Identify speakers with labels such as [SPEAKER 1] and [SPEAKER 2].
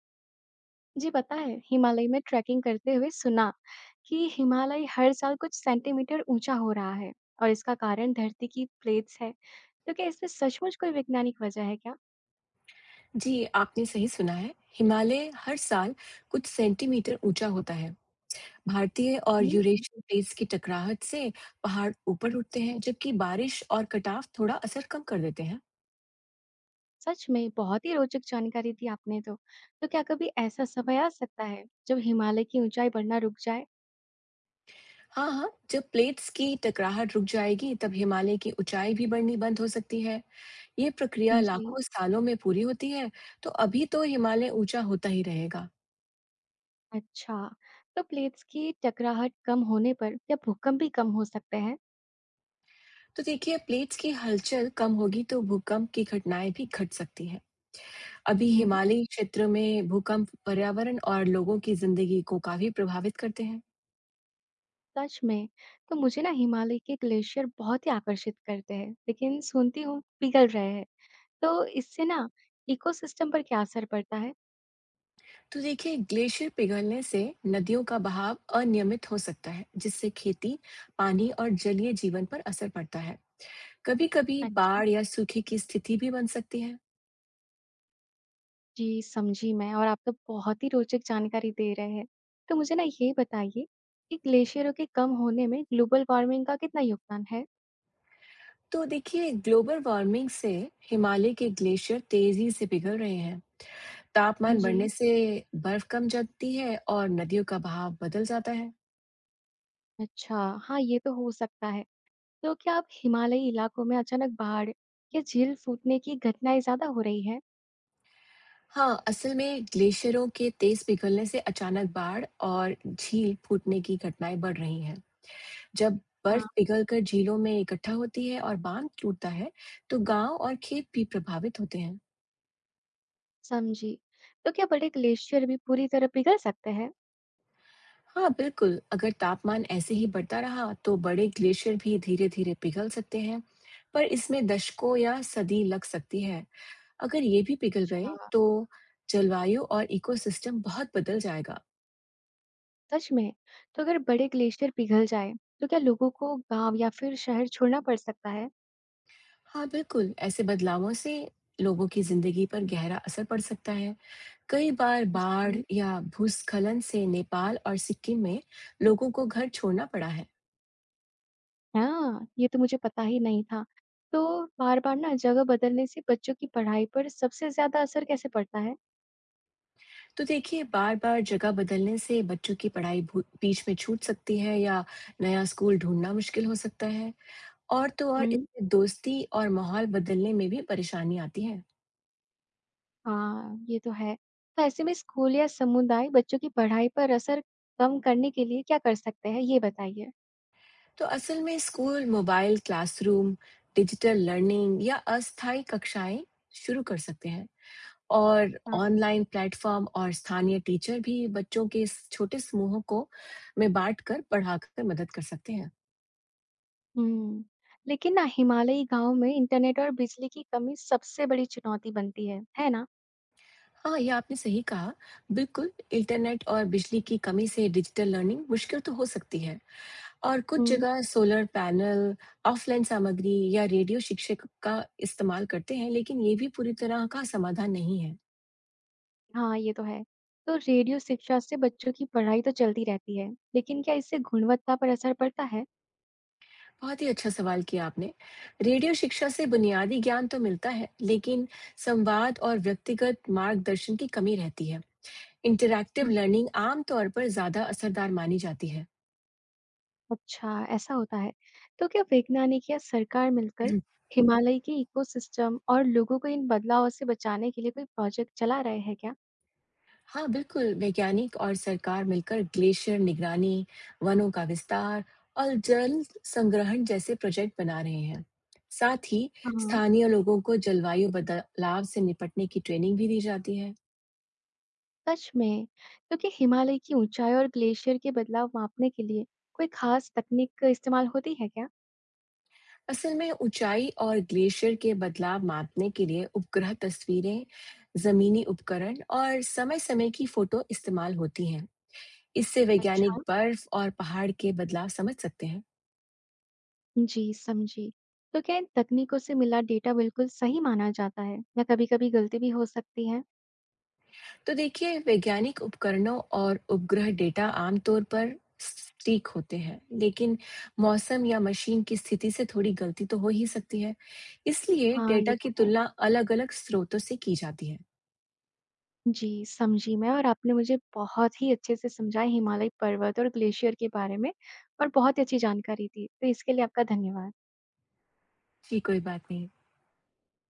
[SPEAKER 1] जी पता है, हिमालय में ट्रैकिंग करते हुए सुना कि हिमालय हर साल कुछ सेंटीमीटर ऊंचा हो रहा है और इसका कारण धरती की प्लेट्स है। तो क्या इसमें सचमुच कोई वैज्ञानिक वजह है क्या?
[SPEAKER 2] जी, आपने सही सुना है। हिमालय हर साल कुछ सेंटीमीटर ऊंचा होता है। भारतीय और
[SPEAKER 1] हम्म।
[SPEAKER 2] यूरेशियन प्लेट्स की टकराहट से पहाड़ ऊपर उठते हैं, जबकि बारिश और कटाव थोड़ा असर कम कर देते हैं।
[SPEAKER 1] सच में बहुत ही रोचक जानकारी दी आपने तो। तो क्या कभी ऐसा समय आ सकता है जब हिमालय की ऊंचाई बढ़ना रुक जाए?
[SPEAKER 2] हाँ, हाँ, जब प्लेट्स की टकराहट रुक जाएगी, तब हिमालय की ऊंचाई भी बढ़नी बंद हो सकती है। ये प्रक्रिया
[SPEAKER 1] जी।
[SPEAKER 2] लाखों सालों में पूरी होती है, तो अभी तो हिमालय ऊंचा होता ही रहेगा।
[SPEAKER 1] अच्छा, तो प्लेट्स की टकराहट कम होने पर क्या भूकंप भी कम हो सकते हैं?
[SPEAKER 2] तो देखिए, प्लेट्स की हलचल कम होगी तो भूकंप की घटनाएं भी घट सकती हैं। अभी हिमालयी क्षेत्र में भूकंप पर्यावरण और लोगों की जिंदगी को काफी प्रभावित करते हैं।
[SPEAKER 1] सच में, तो मुझे ना हिमालय के ग्लेशियर बहुत ही आकर्षित करते हैं, लेकिन सुनती हूँ पिघल रहे हैं, तो इससे ना इकोसिस्टम पर क्या असर पड़ता है?
[SPEAKER 2] तो देखिए, ग्लेशियर पिघलने से नदियों का बहाव अनियमित हो सकता है, जिससे खेती, पानी और जलीय जीवन पर असर पड़ता है। कभी-कभी
[SPEAKER 1] अच्छा,
[SPEAKER 2] बाढ़ या सूखे की स्थिति भी बन सकती है।
[SPEAKER 1] जी समझी मैं और आप तो बहुत ही रोचक जानकारी दे रहे हैं। तो मुझे ना ये बताइए कि ग्लेशियरों के कम होने में ग्लोबल वार्मिंग का कितना योगदान है?
[SPEAKER 2] तो देखिए, ग्लोबल वार्मिंग से हिमालय के ग्लेशियर तेजी से पिघल रहे हैं। तापमान
[SPEAKER 1] जी।
[SPEAKER 2] बढ़ने से बर्फ कम जमती है और नदियों का बहाव बदल जाता है।
[SPEAKER 1] अच्छा, हाँ ये तो हो सकता है। तो क्या अब हिमालयी इलाकों में अचानक बाढ़ या झील फूटने की घटनाएं ज्यादा हो रही है?
[SPEAKER 2] हाँ, असल में ग्लेशियरों के तेज पिघलने से अचानक बाढ़ और झील फूटने की घटनाएं बढ़ रही हैं। जब बर्फ पिघलकर झीलों में इकट्ठा होती है और बांध टूटता है, तो गांव और खेत भी प्रभावित होते हैं।
[SPEAKER 1] समझी। तो क्या बड़े ग्लेशियर भी पूरी तरह पिघल सकते हैं?
[SPEAKER 2] हाँ, बिल्कुल। अगर तापमान ऐसे ही बढ़ता रहा, तो बड़े ग्लेशियर भी धीरे-धीरे पिघल सकते हैं, पर इसमें दशकों या सदी लग सकती है। अगर ये भी पिघल गए,
[SPEAKER 1] अच्छा,
[SPEAKER 2] तो जलवायु और इकोसिस्टम बहुत बदल जाएगा।
[SPEAKER 1] सच में? तो अगर बड़े ग्लेशियर पिघल जाए, तो क्या लोगों को गाँव या फिर शहर छोड़ना पड़ सकता है?
[SPEAKER 2] हाँ बिल्कुल, ऐसे बदलावों से लोगों की जिंदगी पर गहरा असर पड़ सकता है। कई बार बाढ़
[SPEAKER 1] जी।
[SPEAKER 2] या भूस्खलन से नेपाल और सिक्किम में लोगों को घर छोड़ना पड़ा है।
[SPEAKER 1] हाँ, ये तो मुझे पता ही नहीं था। तो बार-बार ना जगह बदलने से बच्चों की पढ़ाई पर सबसे ज़्यादा असर कैसे पड़ता है?
[SPEAKER 2] तो देखिए, बार-बार जगह बदलने से बच्चों की पढ़ाई बीच में छूट सकती है या नया स्कूल ढूंढना मुश्किल हो सकता है। और तो और
[SPEAKER 1] हम्म।
[SPEAKER 2] इससे दोस्ती और माहौल बदलने में भी परेशानी आती है।
[SPEAKER 1] हाँ, ये तो है। तो ऐसे में स्कूल या समुदाय बच्चों की पढ़ाई पर असर कम करने के लिए क्या कर सकते हैं? ये बताइए।
[SPEAKER 2] तो असल में school, mobile classroom, digital learning या अस्थायी कक्षाएं शुरू कर सकते हैं। और ऑनलाइन प्लेटफॉर्म और स्थानीय टीचर भी बच्चों के इस छोटे समूहों को में बांट कर पढ़ाकर मदद कर सकते हैं।
[SPEAKER 1] हुँ। लेकिन ना हिमालयी गाँव में इंटरनेट और बिजली की कमी सबसे बड़ी चुनौती बनती है ना?
[SPEAKER 2] हाँ, ये आपने सही कहा। बिल्कुल, इंटरनेट और बिजली की कमी से डिजिटल लर्निंग मुश्किल तो हो सकती है। और कुछ
[SPEAKER 1] हुँ।
[SPEAKER 2] जगह सोलर पैनल, ऑफलाइन सामग्री या रेडियो शिक्षक का इस्तेमाल करते हैं, लेकिन ये भी पूरी तरह का समाधान नहीं है।
[SPEAKER 1] हाँ, ये तो है। तो रेडियो शिक्षा से बच्चों की पढ़ाई तो चलती रहती है, लेकिन क्या इससे गुणवत्ता पर असर पड़ता है?
[SPEAKER 2] बहुत ही अच्छा सवाल किया आपने। रेडियो शिक्षा से बुनियादी ज्ञान तो मिलता है, लेकिन संवाद और व्यक्तिगत मार्गदर्शन की कमी रहती है। इंटरैक्टिव
[SPEAKER 1] जी।
[SPEAKER 2] लर्निंग आमतौर पर ज्यादा असरदार मानी जाती है।
[SPEAKER 1] अच्छा, ऐसा होता है। तो क्या वैज्ञानिक या सरकार मिलकर हिमालय के इकोसिस्टम और लोगों को इन बदलावों से बचाने के लिए कोई प्रोजेक्ट चला रहे हैं क्या?
[SPEAKER 2] हाँ, बिल्कुल, वैज्ञानिक और सरकार मिलकर ग्लेशियर निगरानी, वनों का विस्तार और जल संग्रहण जैसे प्रोजेक्ट बना रहे हैं। साथ ही
[SPEAKER 1] हाँ।
[SPEAKER 2] स्थानीय लोगों को जलवायु बदलाव से निपटने की ट्रेनिंग भी दी जाती है।
[SPEAKER 1] सच में, क्योंकि हिमालय की ऊँचाई और ग्लेशियर के बदलाव मापने के लिए कोई खास तकनीक का इस्तेमाल होती है क्या?
[SPEAKER 2] असल में ऊंचाई और ग्लेशियर के बदलाव मापने के लिए उपग्रह तस्वीरें, जमीनी उपकरण और समय-समय की फोटो इस्तेमाल होती हैं। इससे वैज्ञानिक
[SPEAKER 1] अच्छा।
[SPEAKER 2] बर्फ और पहाड़ के बदलाव समझ सकते हैं।
[SPEAKER 1] जी, समझी। तो क्या इन तकनीकों से मिला डेटा बिल्कुल सही माना जाता है या कभी-कभी गलती भी हो सकती है?
[SPEAKER 2] तो देखिए, वैज्ञानिक उपकरणों और उपग्रह डेटा आमतौर पर सटीक होते हैं, लेकिन मौसम या मशीन की स्थिति से थोड़ी गलती तो हो ही सकती है। इसलिए
[SPEAKER 1] हाँ, ये
[SPEAKER 2] डेटा की
[SPEAKER 1] तो है।
[SPEAKER 2] तुलना अलग-अलग स्रोतों से की जाती है।
[SPEAKER 1] जी, समझी मैं और आपने मुझे बहुत ही अच्छे से समझाया हिमालय पर्वत और ग्लेशियर के बारे में और बहुत ही अच्छी जानकारी दी। तो इसके लिए आपका धन्यवाद।
[SPEAKER 2] जी, कोई बात नहीं।